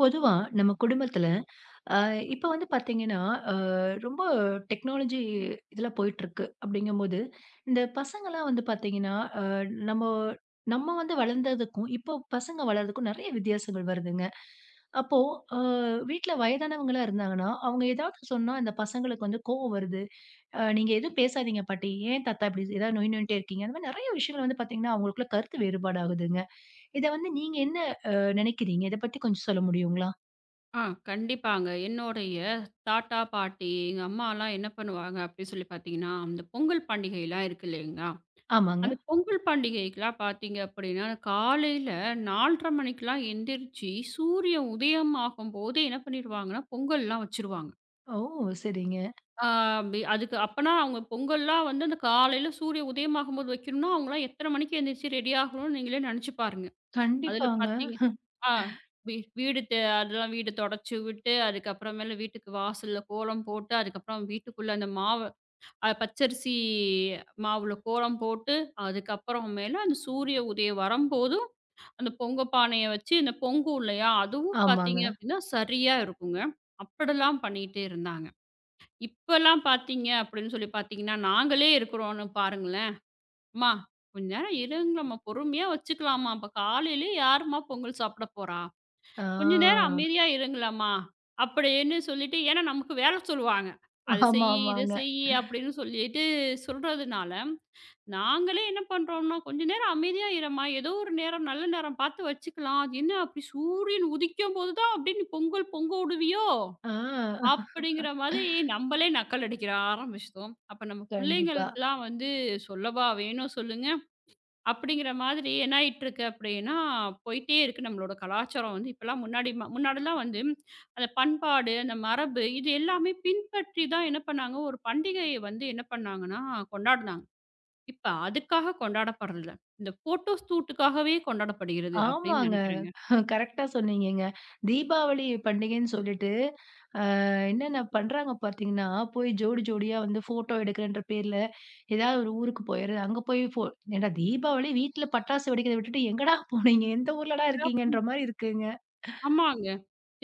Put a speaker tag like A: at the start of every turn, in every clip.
A: பொதுவா நம்ம குடும்பத்துல அ இப்ப வந்து பாத்தீங்கன்னா, அ ரொம்ப டெக்னாலஜி இதுல போயிட்டுருக்கு. அப்படிங்கும்போது, இந்த பசங்கலாம் வந்து பாத்தீங்கன்னா, அ நம்ம நம்ம வந்து வளர்ந்ததுக்கும், இப்போ பசங்க வளர்றதுக்கும் நெறைய வித்தியாசங்கள் வருதுங்க. அப்போ அ வீட்ல வயதானவங்களா இருந்தாங்கன்னா, அவங்க ஏதாவது சொன்னா அந்த பசங்களுக்கு வந்து கோவம் வருது. நீங்க எதுவும் பேசாதீங்க பாட்டி. ஏன் தாத்தா இப்படி ஏதாவது நொய் நொயின்ட்டே இருக்கீங்க?" அந்த மாரி நெறைய விஷயங்கள் வந்து பாத்தீங்கன்னா, அவங்களுக்குள்ள கருத்து வேறுபாடு ஆகுதுங்க. இத வந்து நீங்க என்ன அ நெனைக்கிறீங்க? இத பத்தி கொஞ்சம் சொல்ல முடியுங்களா?
B: ஆ கண்டிப்பாங்க. என்னோடைய தாத்தா, பாட்டி, எங்க அம்மாலாம் என்ன பண்ணுவாங்க அப்படி சொல்லி பார்த்தீங்கன்னா, அந்த பொங்கல் பண்டிகைலாம் இருக்கு இல்லைங்களா?
A: ஆமாங்க.
B: அந்த பொங்கல் பண்டிகைக்குலாம் பார்த்தீங்க அப்படின்னா, காலையில 4:30 மணிக்கெல்லாம் எந்திரிச்சு, சூரியன் உதயம் ஆகும்போது என்ன பண்ணிருவாங்கன்னா, பொங்கல்லாம் வச்சுருவாங்க.
A: ஓ! சரிங்க.
B: ஆ அப்டி அதுக்கு அப்பனா அவங்க பொங்கல்லாம் வந்து அந்த காலையில சூரிய உதயமாகும்போது வைக்கணும்னா, அவங்கலாம் எத்தன மணிக்கு எந்திரிச்சு ரெடி ஆகணும்னு நீங்களே நெனச்சு பாருங்க. அதுல
A: கண்டிப்பாங்க.
B: பார்த்தீங்க ஆ வீ வீடு தெ அதெல்லாம் வீடு தொடச்சு விட்டு, அதுக்கப்புறமேலு வீட்டுக்கு வாசல்ல கோலம் போட்டு, அதுக்கப்புறம் வீட்டுக்குள்ள அந்த மாவு பச்சரிசி மாவுல கோலம் போட்டு, அதுக்கப்புறம் மேல அந்த சூரிய உதயம் வரம்போதும், அந்த பொங்க பானைய வச்சு இந்த பொங்கும் இல்லையா? அதுவும்
A: ஆமாங்க.
B: பார்த்தீங்க அப்படின்னா, சரியா இருக்குங்க. அப்படிலாம் பண்ணிட்டே இருந்தாங்க. இப்பலாம் பார்த்தீங்க அப்படின்னு சொல்லி பார்த்தீங்கன்னா, நாங்களே இருக்கிறோன்னு பாருங்களேன், "அம்மா கொஞ்ச நேரம் இருங்களம்மா, பொறுமையா வச்சுக்கலாம்மா, அப்ப காலையிலயே யாரும்மா பொங்கல் சாப்பிட போறா?" கொஞ்ச நேரம்
A: ஆ.
B: அமைதியா இருங்களம்மா, அப்படின்னு சொல்லிட்டு ஏன்னா நமக்கு வேலை சொல்லுவாங்க. "அத செய்யி, இத
A: ஆமாமாங்க.
B: செய்யி" அப்படின்னு சொல்லிட்டு சொல்றதுனால, நாங்களே என்ன பண்றோம்னா, "கொஞ்ச நேரம் அமைதியா இரும்மா, ஏதோ ஒரு நேரம் நல்ல நேரம் பார்த்து வச்சுக்கலாம். அது என்ன அப்படி சூரியன் உதிக்கும்போது தான் அப்படியே நீ பொங்கல் பொங்க உடுவியோ?"
A: ஆ.
B: அப்படிங்கிற மாதிரி நம்மளே நக்கல் அடிக்கிற ஆரம்பிச்சுட்டோம். அப்ப நம்ம
A: கண்டிப்பா.
B: பிள்ளைங்களுக்கெல்லாம் வந்து சொல்லவா வேணும் சொல்லுங்க? அப்படிங்கிற மாதிரி என்ன ஆயிட்டிருக்கு அப்படின்னா, போயிட்டே இருக்கு நம்மளோட கலாச்சாரம் வந்து. இப்பலாம் முன்னாடிலாம் வந்து அந்த பண்பாடு, அந்த மரபு இது எல்லாமே பின்பற்றி தான் என்ன பண்ணாங்க, ஒரு பண்டிகைய வந்து என்ன பண்ணாங்கன்னா கொண்டாடுனாங்க. இப்ப அதுக்காக கொண்டாடப்படுறதில்ல. இந்த ஃபோட்டோ ஷூட்டுக்காகவே கொண்டாடப்படுகிறது அப்படின்னு
A: ஆமாங்க.
B: நினைக்கிறேங்க.
A: கரெக்ட்டா சொன்னீங்கங்க. தீபாவளி பண்டிகைன்னு சொல்லிட்டு, என்னென்ன பண்றாங்க பார்த்தீங்கன்னா, போய் ஜோடி ஜோடியா வந்து ஃபோட்டோ எடுக்கிறன்ற பேர்ல, ஏதாவது ஒரு ஊருக்கு போயிறது. அங்க போய் ஏன்டா தீபாவளி வீட்ல பட்டாசு வெடிக்கிறத விட்டுட்டு எங்கடா போனீங்க? எந்த ஊர்லடா இருக்கீங்கன்ற மாரி இருக்குங்க.
B: ஆமாங்க.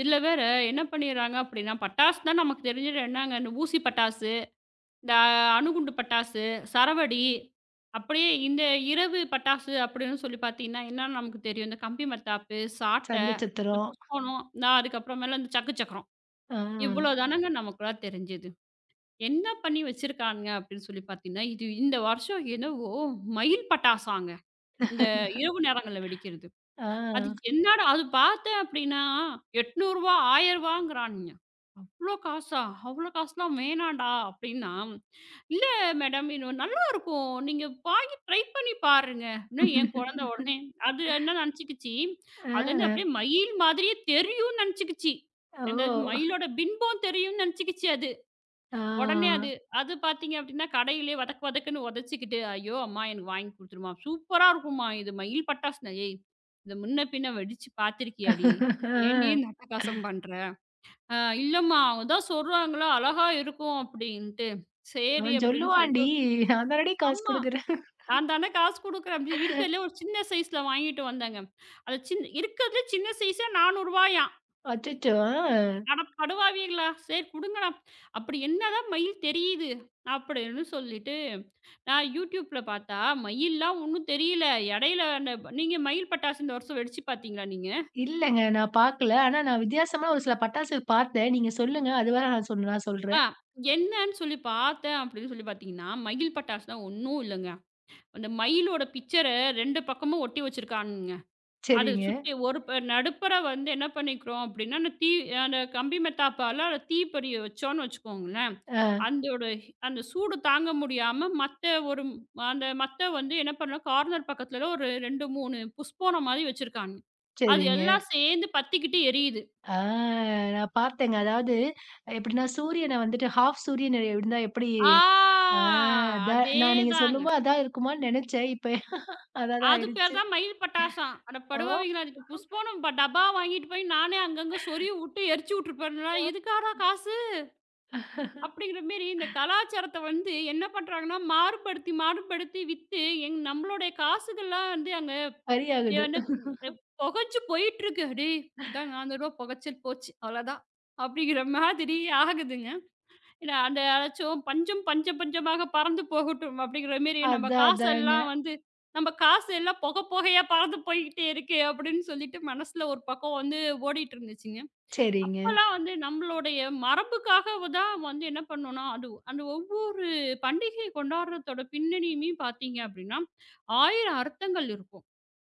B: இதுல வேற என்ன பண்ணிடுறாங்க அப்படின்னா, பட்டாசு தான் நமக்கு தெரிஞ்சது என்னங்க, இந்த ஊசி பட்டாசு. இந்த அணுகுண்டு பட்டாசு, சரவெடி, அப்படியே இந்த இரவு பட்டாசு அப்படின்னு சொல்லி பார்த்தீங்கன்னா, என்னன்னு நமக்கு தெரியும். இந்த கம்பி மத்தாப்பு, சாட்ட,
A: சங்கு
B: இந்த
A: சத்திரம்.
B: புஷ்போனம், நான் அதுக்கப்புறமேல இந்த சக்கு சக்கரம்.
A: ஆ.
B: இவ்வளோ தானங்க நமக்குலாம் தெரிஞ்சது. என்ன பண்ணி வச்சிருக்கானுங்க அப்படின்னு சொல்லி பார்த்தீங்கன்னா, இது இந்த வருஷம் என்னவோ மயில் பட்டாசாங்க. இந்த இரவு நேரங்கள்ல வெடிக்கிறது.
A: ஆ.
B: அது என்னடா அது பார்த்தேன் அப்படின்னா, ரூ. 800 ரூ. 1000ங்கிறானுங்க. "அவ்ளோ காசா? அவ்ளோ காசுலாம் வேணான்டா" அப்படின்னா, "இல்ல மேடம் இது நல்லாருக்கும். நீங்க வாங்கி ட்ரை பண்ணி பாருங்க." இன்னும் என் குழந்த உடனே அது என்ன நினச்சுக்கிச்சு, அதுலேருந்து
A: ஆ.
B: அப்படியே மயில் மாதிரியே தெரியும்னு நினச்சுக்கிச்சு. அந்த
A: ஓ!
B: மயிலோட பின்பம் தெரியும்னு நினச்சுக்கிச்சு அது.
A: ஆ.
B: உடனே அது அது பார்த்தீங்க அப்டின்னா, கடையிலேயே வதக்கு வதக்குன்னு உதச்சிக்கிட்டு, "ஐயோ! அம்மா எனக்கு வாங்கி குடுத்துருமா." "சூப்பரா இருக்கும்மா. இது மயில் பட்டாசுனா ஏய்! இத முன்ன பின்ன வெடிச்சு பார்த்துருக்கியாடி? ஏன்டி
A: ஆ.
B: இந்த அட்டகாசம் பண்ற?" "அ இல்லம்மா அவங்க தான் சொல்றாங்களா, அழகா இருக்கும்." அப்டின்ட்டு.
A: ஆ
B: "சரி." அப்டின்னு சொல்லிட்டு
A: சொல்லுவான்டி. நான் தானடி காசு
B: ஆமா.
A: குடுக்குறேன்.
B: நான் தானே காசு குடுக்குறேன் அப்டி இருக்கிறதுலே ஒரு சின்ன சைஸ்ல வாங்கிட்டு வந்தேங்க. அது சின் இருக்கிறதுலே சின்ன சைஸே ரூ. 400வாயாம்.
A: அச்சச்சோ! ஆ
B: அட படுவாவீங்களா? சரி குடுங்கடா. அப்படி என்னதான் மயில் தெரியுது? அப்படின்னு சொல்லிட்டு, நான் YouTubeல பார்த்தா, மயில்லாம் ஒண்ணும் தெரியல. இடையில அந்த நீங்க மயில் பட்டாசு இந்த வருஷம் வெடிச்சு பார்த்தீங்களா நீங்க?
A: இல்லங்க நான் பாக்கல. ஆனா நான் வித்தியாசமா ஒரு சில பட்டாசு பார்த்தேன். நீங்க சொல்லுங்க. அது வேற நான்
B: ஆ
A: சொல்றேன்.
B: என்னன்னு சொல்லி பார்த்தேன் அப்படின்னு சொல்லி பார்த்தீங்கன்னா, மயில் பட்டாசுலாம் ஒண்ணும் இல்லங்க. அந்த மயிலோட பிக்சர 2 பக்கமும் ஒட்டி வச்சிருக்கானுங்க. அது
A: சரிங்க.
B: சுத்தி ஒரு நடுப்பற வந்து என்ன பண்ணிக்கிறோம் அப்படின்னா, அந்த கம்பி மெத்தாப்பால தீப்பொறி வச்சோம்னு வச்சுக்கோங்களேன்,
A: ஆ
B: அந்தோட அந்த சூடு தாங்க முடியாம அந்த மத்த வந்து என்ன பண்ணலாம், கார்னர் பக்கத்துல ஒரு 2, 3 புஷ்போனம் மாரி வச்சிருக்காங்க. அது
A: சரிங்க.
B: எல்லாம் சேர்ந்து பத்திக்கிட்டு எரியுது.
A: ஆ நான் பார்த்தேங்க. அதாவது எப்படின்னா சூரியன வந்துட்டு ஹாஃப் சூரியன் இருந்தா எப்படி
B: ஆ!
A: ஆ அதான் நான் நீங்க
B: அதேதாங்க.
A: சொல்லும்போது அதான் இருக்குமான்னு நெனச்சேன். இப்ப அதான் தான்
B: அது பேர்
A: ஆயிடுச்சு.
B: தான் மயில் பட்டாசம். அட
A: ஓ!
B: படுவாவிங்களா! அதுக்கு டப்பா வாங்கிட்டு போய் நானே அங்கங்க சொருவி வுட்டு எரிச்சு வுட்டுருப்பேன்ல. இதுக்காடா காசு? அப்படிங்கிற மாரி இந்த கலாச்சாரத்த வந்து என்ன பண்றாங்கன்னா, மாறுபடுத்தி, மாறுபடுத்தி வித்து நம்மளுடைய காசுகள்லாம் வந்து அங்க
A: சரியாகுது.
B: என்ன புகைச்சு போயிட்டுருக்கு. "டேய் இந்தாங்க ரூ. 100 புகைச்சல் போச்சு அவ்வளோதான்." அப்படிங்கிற மாதிரி ஆகுதுங்க. இல்ல அந்த அதாச்சும் பஞ்சம் பஞ்சம் பஞ்சமாக பறந்து போகட்டும் அப்படிங்கிற மாரி நம்ம
A: அதான் அதாங்க.
B: காசெல்லாம் வந்து நம்ம காசு எல்லாம் புகை புகையா பறந்து போய்க்கிட்டே இருக்கு அப்படின்னு சொல்லிட்டு மனசுல ஒரு பக்கம் வந்து ஓடிட்டு இருந்துச்சுங்க.
A: சரிங்க.
B: அப்பல்லாம் வந்து நம்மளுடைய மரபுக்காக தான் வந்து என்ன பண்ணோம்னா, அது அந்த ஒவ்வொரு பண்டிகை கொண்டாடுறதோட பின்னணியுமே பார்த்தீங்க அப்படின்னா, 1000 அர்த்தங்கள் இருக்கும்.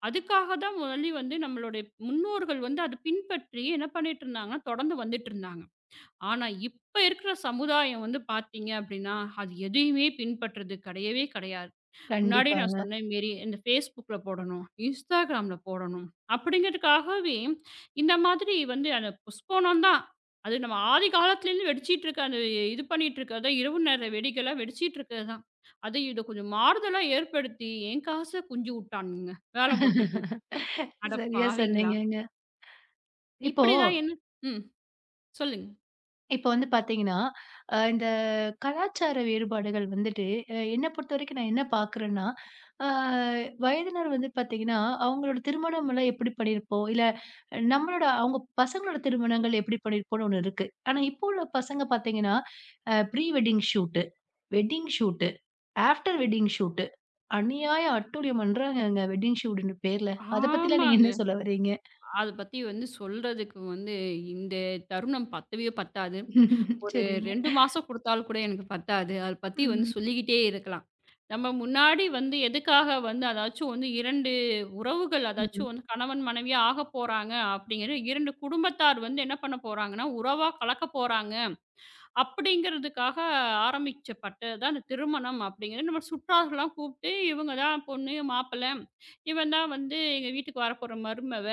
B: அதுக்காக தான் முதலில் வந்து நம்மளுடைய முன்னோர்கள் வந்து அத பின்பற்றி என்ன பண்ணிட்டு இருந்தாங்கன்னா, தொடர்ந்து வந்துட்டு இருந்தாங்க. ஆனா, இப்ப இருக்கிற சமுதாயம் வந்து பார்த்தீங்க அப்படின்னா, அது எதையுமே பின்பற்றது கிடையவே கிடையாது. முன்னாடியே நான்
A: கண்டிப்பாங்க.
B: சொன்ன மாரி இந்த Facebookல போடணும், Instagramல போடணும். அப்படிங்கிறதுக்காகவே இந்த மாதிரி வந்து அந்த புஸ்போனம் தான். அது நம்ம ஆதி காலத்துலேருந்து வெடிச்சிட்டு இருக்க அந்த இது பண்ணிட்டு இருக்கிறது தான் இரவு நேர வெடிகள்லாம் வெடிச்சிட்டு இருக்கிறது தான். அது இத கொஞ்சம் மாறுதலா ஏற்படுத்தி என் காச குஞ்சு விட்டானுங்க. வேல முடிஞ்சு போச்சு. அட
A: சரியா
B: பாவிங்களா!
A: சொன்னீங்கங்க. இப்போ
B: இப்படிதான் என்ன ம். சொல்லுங்க.
A: இப்ப வந்து பார்த்தீங்கன்னா, இந்த கலாச்சார வேறுபாடுகள் வந்துட்டு, என்ன பொறுத்தவரைக்கும் நான் என்ன பார்க்குறேன்னா, அ வயதினர் வந்து பார்த்தீங்கன்னா, அவங்களோட திருமணம்லாம் எப்படி பண்ணியிருப்போம்? இல்ல நம்மளோட அவங்க பசங்களோட திருமணங்கள் எப்படி பண்ணியிருப்போம்ன்னு ஒண்ணு இருக்கு. ஆனா, இப்போ உள்ள பசங்க பார்த்தீங்கன்னா, pre wedding shoot, wedding shoot, after wedding shoot. அநியாய அட்டூழியம் பண்றாங்கங்க வெட்டிங் ஷூட்டுன்னு பேர்ல. அத பத்திலாம் நீங்க என்ன
B: ஆமாங்க.
A: சொல்ல வர்றீங்க?
B: அத பத்தி வந்து சொல்றதுக்கு வந்து இந்த தருணம் பத்தவே பத்தாது. ஒரு
A: சரிங்க.
B: 2 மாசம் குடுத்தாலும் கூட எனக்கு பத்தாது. அத பத்தி வந்து
A: ம்,
B: சொல்லிக்கிட்டே இருக்கலாம். நம்ம முன்னாடி வந்து எதுக்காக வந்து அதாச்சும் வந்து 2 உறவுகள்
A: ம்.
B: அதாச்சும் வந்து கணவன் மனைவியா ஆகப் போறாங்க அப்படிங்கிற 2 குடும்பத்தார் வந்து என்ன பண்ண போறாங்கன்னா, உறவா கலக்கப் போறாங்க. அப்படிங்கிறதுக்காக ஆரம்பிச்சப்பட்டது தான் இந்த திருமணம் அப்படிங்கிறது. நம்ம சுற்றார்கள்லாம் கூப்பிட்டு, "இவங்க தான் பொண்ணு, மாப்பிள்ளை. இவன் தான் வந்து எங்க வீட்டுக்கு வரப்போற மருமவ.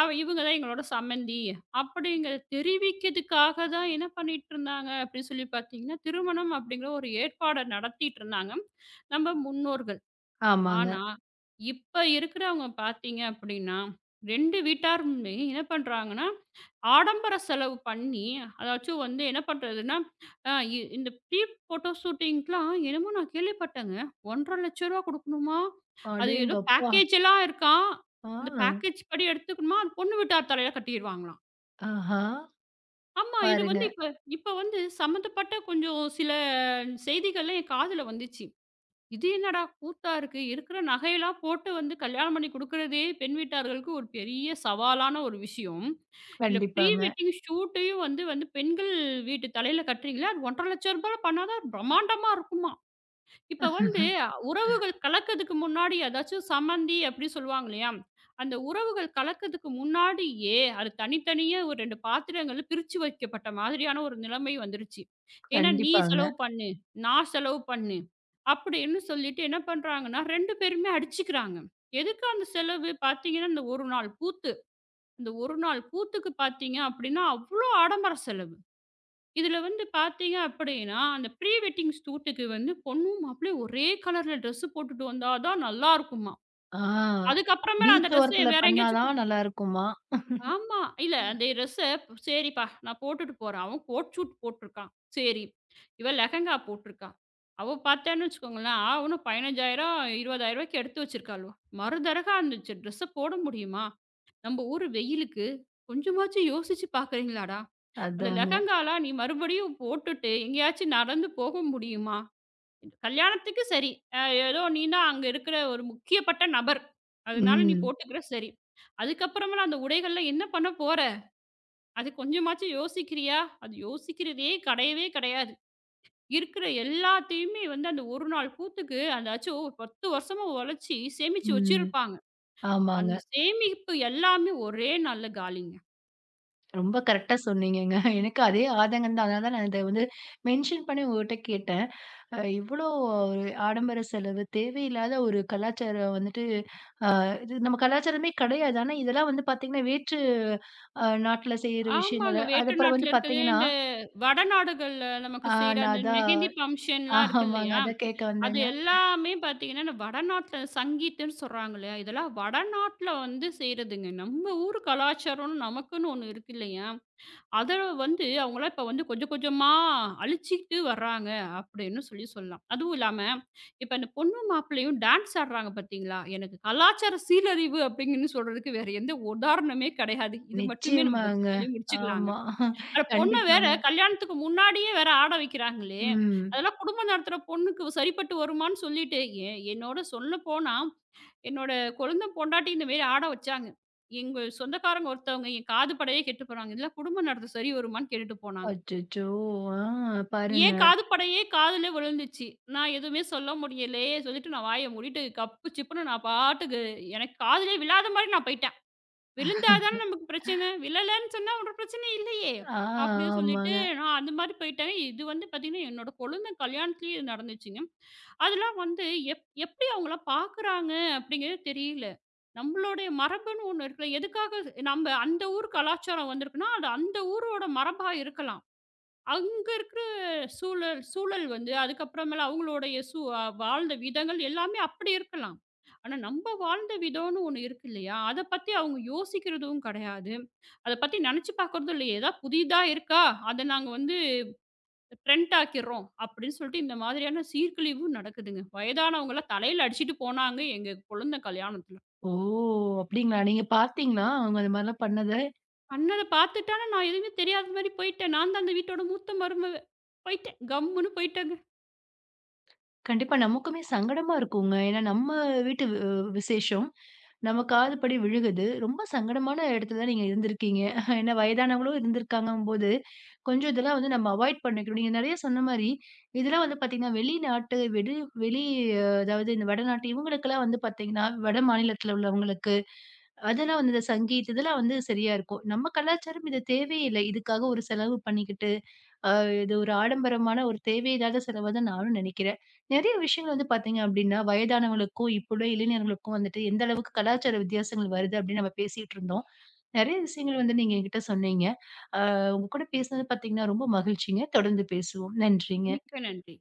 B: அவ இவங்க தான் எங்களோட சம்மந்தி" அப்படிங்கிறத தெரிவிக்கிறதுக்காக தான் என்ன பண்ணிட்டுருந்தாங்க அப்படின்னு சொல்லி பார்த்தீங்கன்னா, திருமணம் அப்படிங்கிற ஒரு ஏற்பாட நடத்திட்டுருந்தாங்க, நம்ம முன்னோர்கள்.
A: ஆமாங்க.
B: ஆனா, இப்ப இருக்கிறவங்க பார்த்தீங்க அப்படின்னா, 2 வீட்டாருமே என்ன பண்றாங்கன்னா, ஆடம்பர செலவு பண்ணி, அதாச்சும் வந்து என்ன பண்றதுன்னா, அ இ இந்த ப்ரீ போட்டோ ஷூட்டிங்க்குலாம் என்னமோ நான் கேள்விப்பட்டேங்க. ரூ. 1,50,000 குடுக்கணுமா? அது ஏதோ
A: அடேங்கப்பா!
B: பேக்கேஜ் எல்லாம் இருக்காம்.
A: ஆ,
B: அந்த பேக்கேஜ் படி எடுத்துக்கணுமா, அது பொண்ணு வீட்டார் தலையில கட்டிருவாங்களாம்.
A: ஆஹா!
B: ஆமா, இது
A: பாருங்க.
B: வந்து இப்ப இப்ப வந்து சம்மந்தப்பட்ட கொஞ்சம் சில செய்திகள்லாம் என் காதுல வந்துச்சு. இது என்னடா கூத்தா இருக்கு! இருக்கிற நகையெல்லாம் போட்டு வந்து கல்யாணம் பண்ணி குடுக்குறதே பெண் வீட்டார்களுக்கு ஒரு பெரிய சவாலான ஒரு விஷயம். இல்ல ப்ரீ
A: கண்டிப்பாங்க,
B: வெட்டிங் ஷூட்டையும் வந்து வந்து பெண்கள் வீட்டு தலையில கட்டுறீங்களே, அது ரூ. 1,50,000ல பண்ணா தான் பிரம்மாண்டமா இருக்குமா! இப்ப வந்து உறவுகள் கலக்கதுக்கு முன்னாடி அதாச்சும் சம்மந்தி அப்படி சொல்லுவாங்க இல்லையா? அந்த உறவுகள் கலக்கதுக்கு முன்னாடியே, அது தனித்தனியா ஒரு 2 பாத்திரங்கள் பிரிச்சு வைக்கப்பட்ட மாதிரியான ஒரு நிலைமை வந்துருச்சு. ஏன்னா, "நீ
A: கண்டிப்பாங்க.
B: செலவு பண்ணு, நான் செலவு பண்ணு" அப்படின்னு சொல்லிட்டு என்ன பண்றாங்கன்னா, 2 பேருமே அடிச்சுக்கிறாங்க. எதுக்கு அந்த செலவு? பார்த்தீங்கன்னா, இந்த 1 நாள் கூத்து. இந்த 1 நாள் கூத்துக்கு பார்த்தீங்க அப்படின்னா, அவ்ளோ ஆடம்பர செலவு. இதுல வந்து பார்த்தீங்க அப்படின்னா, அந்த ப்ரீ வெட்டிங் ஷூட்டுக்கு வந்து பொண்ணும், மாப்பிளையும் ஒரே கலர்ல ட்ரெஸ்ஸு போட்டுட்டு வந்தா தான் நல்லாருக்குமாம்.
A: ஆ
B: அதுக்கப்புறமேல அந்த
A: பீச்
B: ட்ரெஸ்ஸ
A: ஓரத்துல
B: வேற
A: பண்ணா
B: எங்கேயாச்சும் போ
A: தான் நல்லாருக்குமா?
B: ஆமா. இல்ல அந்த ட்ரெஸ்ஸ சரிப்பா நான் போட்டுட்டு போறேன். அவன் கோட் ஷூட் போட்டுருக்கான். சரி. இவ லெஹங்கா போட்டுருக்கா. அவ பார்த்தான்னு வச்சுக்கோங்களேன், ஆவன்னு ரூ. 15,000 ரூ. 20,000க்கு எடுத்து வச்சிருக்காளுவ. மறுதரக அந்த ட்ரெஸ்ஸ போட முடியுமா? நம்ம ஊரு வெயிலுக்கு கொஞ்சமாச்சும் யோசிச்சு பார்க்குறீங்களாடா? அந்த
A: அதாங்க.
B: லெஹெங்காலாம் நீ மறுபடியும் போட்டுட்டு எங்கேயாச்சும் நடந்து போக முடியுமா? கல்யாணத்துக்கு சரி. அ ஏதோ நீன்னா அங்க இருக்கிற ஒரு முக்கியப்பட்ட நபர். அதனால நீ
A: ம்,
B: போட்டுக்கிற சரி. அதுக்கப்புறமெல்லாம் அந்த உடைகள்ல என்ன பண்ண போற? அது கொஞ்சமாச்சும் யோசிக்கிறியா? அது யோசிக்கிறதே கிடையவே கிடையாது. இருக்கிற எல்லாத்தையுமே வந்து அந்த ஒரு நாள் கூத்துக்கு அதாச்சும் 10 வருஷமா உழைச்சு சேமிச்சு
A: ம்.
B: வச்சிருப்பாங்க.
A: ஆமாங்க.
B: அந்த சேமிப்பு எல்லாமே ஒரே நாள்ல காலிங்க.
A: ரொம்ப கரெக்ட்டா சொன்னீங்கங்க. எனக்கு அதே ஆதங்கம் தான். அதனால தான் நான் இத வந்து மென்ஷன் பண்ணி உங்ககிட்ட கேட்டேன். இவ்ளோ ஒரு ஆடம்பர செலவு, தேவையில்லாத ஒரு கலாச்சாரம் வந்துட்டு இது நம்ம கலாச்சாரமே கிடையாது. ஆனா இதெல்லாம் வந்து பார்த்தீங்கன்னா, வேற்று நாட்ல செய்ற விஷயங்கள
B: ஆமாங்க. வேற்று
A: அதுக்கப்புறம் வந்து
B: நாட்டுல இருக்கிறது
A: பார்த்தீங்கன்னா,
B: இந்த வடநாடுகள்ல நமக்கு
A: ஆ
B: செய்ற
A: நான்
B: அந்த
A: அதான்
B: மெஹந்தி ஃபங்ஷன்லாம் இருக்கு
A: ஆமாங்க.
B: இல்லையா?
A: அதான் கேட்க
B: அது
A: வந்தேங்க.
B: எல்லாமே பார்த்தீங்கன்னா, இந்த வடநாட்டுல சங்கீத்துன்னு சொல்றாங்க இல்லையா? இதெல்லாம் வடநாட்டுல வந்து செய்றதுங்க. நம்ம ஊர் கலாச்சாரம்னு நமக்குன்னு ஒண்ணு இருக்கு இல்லையா? அத வந்து அவங்கலாம் இப்ப வந்து கொஞ்சம் கொஞ்சமா அழிச்சுக்கிட்டு வர்றாங்க அப்படின்னு சொல்லி சொல்லலாம். அதுவும் இல்லாம, இப்ப இந்த பொண்ணு மாப்பிள்ளையும் டான்ஸ் ஆடுறாங்க பார்த்தீங்களா? எனக்கு கலாச்சார சீரழிவு அப்படிங்கன்னு சொல்றதுக்கு வேற எந்த உதாரணமே கிடையாது. இது மட்டுமே நம்ம வச்சு
A: நிச்சயமாங்க.
B: சொல்லி முடிச்சுக்கலாங்க.
A: ஆமா.
B: அட பொண்ண வேற
A: கண்டிப்பாங்க.
B: கல்யாணத்துக்கு முன்னாடியே வேற ஆட வைக்கிறாங்களே!
A: ம்.
B: அதெல்லாம் குடும்பம் நடத்துற பொண்ணுக்கு சரிப்பட்டு வருமான்னு சொல்லிட்டு, என்னோட சொல்லப்போனா, என்னோட கொழுந்த பொண்டாட்டி இந்த மாரி ஆட வச்சாங்க. எங்க சொந்தக்காரங்க ஒருத்தவங்க என் காது படையே கேட்டு போனாங்க. இதெல்லாம் குடும்பம் நடத்த சரி வருமான்னு கேட்டுட்டு போனாங்க.
A: அச்சச்சோ! ஆ பாருங்க.
B: ஏன் காது படையே காதுல விழுந்துச்சு. நான் எதுவுமே சொல்ல முடியலையே! சொல்லிட்டு நான் வாய மூடிட்டு கப்பு சிப்புன்னு நான் பாட்டுக்கு எனக்கு காதுலயே விழாத மாரி நான் போயிட்டேன். விழுந்தா தானே நமக்கு பிரச்சனை. விழலன்னு சொன்னா ஒரு பிரச்சனை இல்லையே!
A: ஆ
B: அப்படின்னு சொல்லிட்டு
A: ஆமாங்க.
B: நான் அந்த மாரி போயிட்டேன். இது வந்து பார்த்தீங்கன்னா, என்னோட கொழுந்தன் கல்யாணத்திலேயே இது நடந்துச்சுங்க. அதெல்லாம் வந்து எப்படி அவங்கலாம் பார்க்குறாங்க அப்படிங்கிறது தெரியல. நம்மளுடைய மரபுன்னு ஒண்ணு இருக்குல்ல. எதுக்காக நம்ம அந்த ஊர் கலாச்சாரம் வந்திருக்குன்னா, அது அந்த ஊரோட மரபா இருக்கலாம். அங்க இருக்கிற சூழல் சூழல் வந்து அதுக்கப்புறமேல அவங்களுடைய சூ அ வாழ்ந்த விதங்கள் எல்லாமே அப்படி இருக்கலாம். ஆனா நம்ம வாழ்ந்த விதம்னு ஒண்ணு இருக்கு இல்லையா? அத பத்தி அவங்க யோசிக்கிறதும் கிடையாது. அத பத்தி நினைச்சு பார்க்கறதும் இல்ல. ஏதா புதிதா இருக்கா? அத நாங்க வந்து ட்ரெண்ட் ஆக்கிர்றோம் அப்படின்னு சொல்லிட்டு இந்த மாதிரியான சீர்கிழிவும் நடக்குதுங்க. வயதானவங்கலாம் தலையில அடிச்சுட்டு போனாங்க எங்க குழந்தை கல்யாணத்துல.
A: ஓ! அப்படிங்களா? நீங்க பார்த்தீங்களா? அவங்க அந்த மாரிலாம் பண்ணத?
B: அண்ணன பார்த்துட்டு ஆனா நான் எதுவுமே தெரியாத மாரி போயிட்டேன். நான் தான் அந்த வீட்டோட மூத்த மருமக. போயிட்டேன். கம்முன்னு போயிட்டேங்க.
A: கண்டிப்பா நமக்குமே சங்கடமா இருக்குங்க. ஏன்னா நம்ம வீட்டு வ் விசேஷம். நம்ம காதுபடி விழுகுது. ரொம்ப சங்கடமான இடத்துல தான் நீங்க இருந்திருக்கீங்க. ஏன்னா வயதானவங்களும் இருந்திருக்காங்கங்கும்போது, கொஞ்சம் இதெல்லாம் வந்து நம்ம அவாய்ட் பண்ணிக்கணும். நீங்க நெறைய சொன்ன மாரி, இதெல்லாம் வந்து பார்த்தீங்கன்னா, வெளிநாட்டு வெளி வெளி அதாவது இந்த வடநாட்டு இவங்களுக்கெல்லாம் வந்து பார்த்தீங்கன்னா, வட மாநிலத்தில உள்ளவங்களுக்கு, அதெல்லாம் வந்து இந்த சங்கீத் இதெல்லாம் வந்து சரியா இருக்கும். நம்ம கலாச்சாரம் இது தேவையே இல்ல. இதுக்காக ஒரு செலவு பண்ணிக்கிட்டு, அ இது ஒரு ஆடம்பரமான ஒரு தேவையில்லாத செலவா தான் நானும் நெனைக்கிறேன். நிறைய விஷயங்கள் வந்து பார்த்தீங்க அப்படின்னா, வயதானவங்களுக்கும், இப்போ உள்ள இளைஞர்களுக்கும் வந்துட்டு எந்த அளவுக்கு கலாச்சார வித்தியாசங்கள் வருது அப்படின்னு நம்ம பேசிட்டு இருந்தோம். நிறைய விஷயங்கள் வந்து நீங்க என்கிட்ட சொன்னீங்க. அ உங்க கூட பேசினது பார்த்தீங்கன்னா, ரொம்ப மகிழ்ச்சிங்க. தொடர்ந்து பேசுவோம். நன்றிங்க.
B: மிக்க நன்றி.